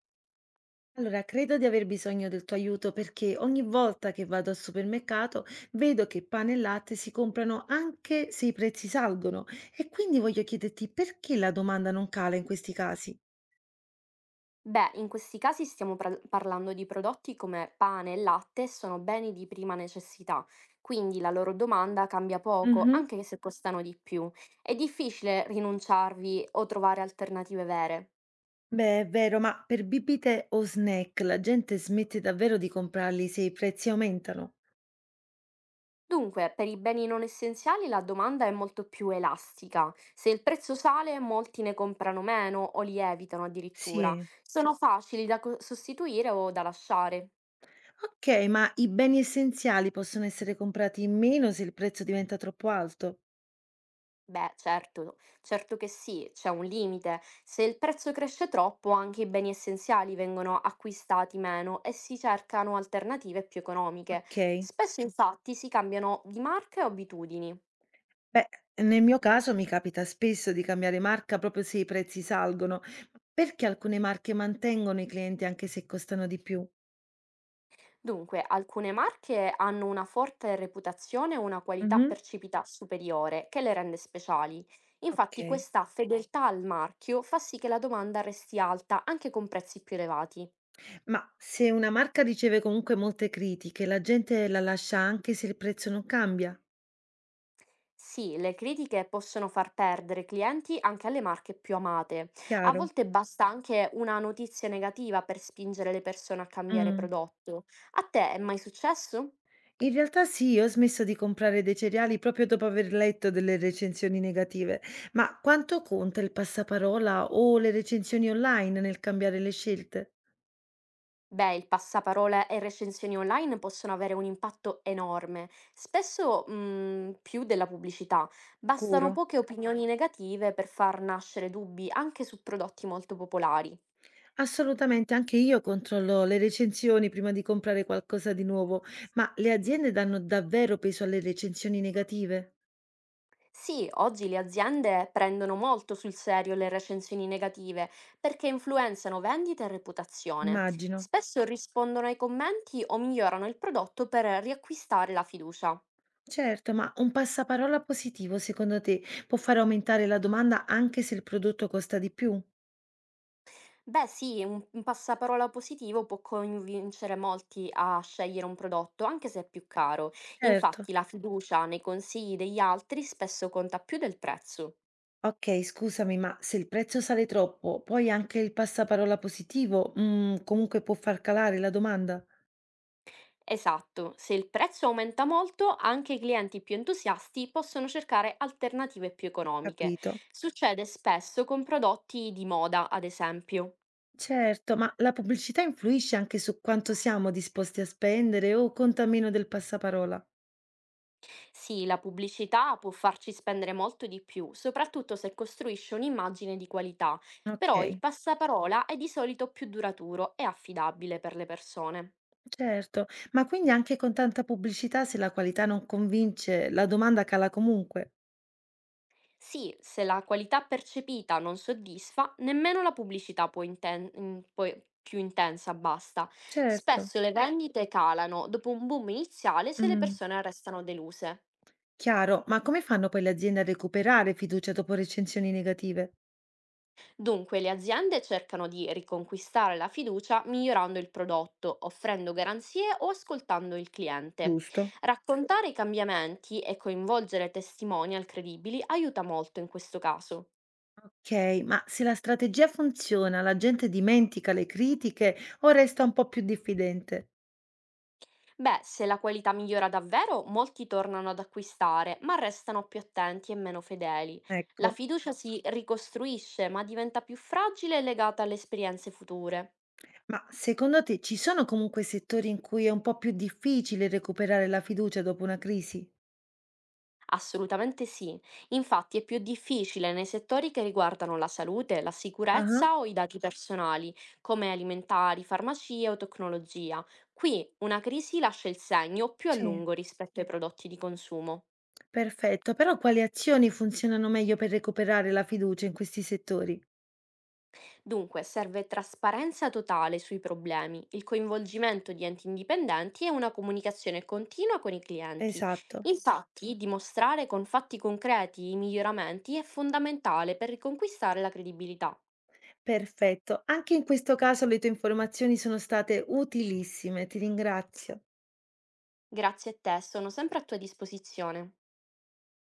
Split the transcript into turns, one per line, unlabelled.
Allora, credo di aver bisogno del tuo aiuto perché ogni volta che vado al supermercato vedo che pane e latte si comprano anche se i prezzi salgono e quindi voglio chiederti perché la domanda non cala in questi casi.
Beh, in questi casi stiamo parlando di prodotti come pane e latte, sono beni di prima necessità, quindi la loro domanda cambia poco,
Mhm.
anche se costano di più. È difficile rinunciarvi o trovare alternative vere.
Beh, è vero, ma per bibite o snack la gente smette davvero di comprarli se i prezzi aumentano?
Dunque, per i beni non essenziali la domanda è molto più elastica. Se il prezzo sale, molti ne comprano meno o li evitano addirittura.
Sì.
Sono facili da sostituire o da lasciare.
Ok, ma i beni essenziali possono essere comprati in meno se il prezzo diventa troppo alto?
Beh, certo, certo che sì, c'è un limite. Se il prezzo cresce troppo, anche i beni essenziali vengono acquistati meno e si cercano alternative più economiche.
Ok.
Spesso, infatti, si cambiano di marca e abitudini.
Beh, nel mio caso mi capita spesso di cambiare marca proprio se i prezzi salgono. Perché alcune marche mantengono i clienti anche se costano di più?
Dunque, alcune marche hanno una forte reputazione e una qualità
Mhm.
percepita superiore che le rende speciali.
Ok.
Infatti, questa fedeltà al marchio fa sì che la domanda resti alta anche con prezzi più elevati.
Ma se una marca riceve comunque molte critiche, la gente la lascia anche se il prezzo non cambia?
Sì, le critiche possono far perdere clienti anche alle marche più amate. A
Chiaro.
volte basta anche una notizia negativa per spingere le persone a cambiare
Mm.
prodotto. A te è mai successo?
In realtà sì, io ho smesso di comprare dei cereali proprio dopo aver letto delle recensioni negative. Ma quanto conta il passaparola o le recensioni online nel cambiare le scelte?
Beh, il passaparola e recensioni online possono avere un impatto enorme, spesso, più della pubblicità. Bastano
Sicuro.
poche opinioni negative per far nascere dubbi anche su prodotti molto popolari.
Assolutamente, anche io controllo le recensioni prima di comprare qualcosa di nuovo, ma le aziende danno davvero peso alle recensioni negative?
Sì, oggi le aziende prendono molto sul serio le recensioni negative perché influenzano vendita e reputazione.
Immagino.
Spesso rispondono ai commenti o migliorano il prodotto per riacquistare la fiducia.
Certo, ma un passaparola positivo secondo te può far aumentare la domanda anche se il prodotto costa di più?
Beh, sì, un passaparola positivo può convincere molti a scegliere un prodotto, anche se è più caro.
Certo.
Infatti, la fiducia nei consigli degli altri spesso conta più del prezzo.
Ok, scusami, ma se il prezzo sale troppo, poi anche il passaparola positivo, comunque può far calare la domanda?
Esatto, se il prezzo aumenta molto, anche i clienti più entusiasti possono cercare alternative più economiche.
Capito.
Succede spesso con prodotti di moda, ad esempio.
Certo, ma la pubblicità influisce anche su quanto siamo disposti a spendere o conta meno del passaparola?
Sì, la pubblicità può farci spendere molto di più, soprattutto se costruisce un'immagine di qualità, però il
Okay,
passaparola è di solito più duraturo e affidabile per le persone.
certo. Ma quindi anche con tanta pubblicità, se la qualità non convince, la domanda cala comunque?
Sì, se la qualità percepita non soddisfa, nemmeno la pubblicità può più intensa basta.
Certo.
Spesso le Certo. vendite calano dopo un boom iniziale se le
Mh,
persone restano deluse.
chiaro. Ma come fanno poi le aziende a recuperare fiducia dopo recensioni negative?
Dunque, le aziende cercano di riconquistare la fiducia migliorando il prodotto, offrendo garanzie o ascoltando il cliente.
Giusto.
Raccontare i cambiamenti e coinvolgere testimonial credibili aiuta molto in questo caso.
Ok, ma se la strategia funziona, la gente dimentica le critiche o resta un po' più diffidente?
Beh, se la qualità migliora davvero, molti tornano ad acquistare, ma restano più attenti e meno fedeli. La
Ecco.
fiducia si ricostruisce, ma diventa più fragile e legata alle esperienze future.
Ma secondo te ci sono comunque settori in cui è un po' più difficile recuperare la fiducia dopo una crisi?
Assolutamente sì. Infatti è più difficile nei settori che riguardano la salute, la
Ah,
sicurezza o i dati personali, come alimentari, farmacie o tecnologia. Qui una crisi lascia il segno più a
sì.
lungo rispetto ai prodotti di consumo.
Perfetto, però quali azioni funzionano meglio per recuperare la fiducia in questi settori?
Dunque, serve trasparenza totale sui problemi, il coinvolgimento di enti indipendenti e una comunicazione continua con i clienti.
Esatto.
Esatto. Infatti, dimostrare con fatti concreti i miglioramenti è fondamentale per riconquistare la credibilità.
Perfetto, anche in questo caso le tue informazioni sono state utilissime, ti ringrazio.
Grazie a te, sono sempre a tua disposizione.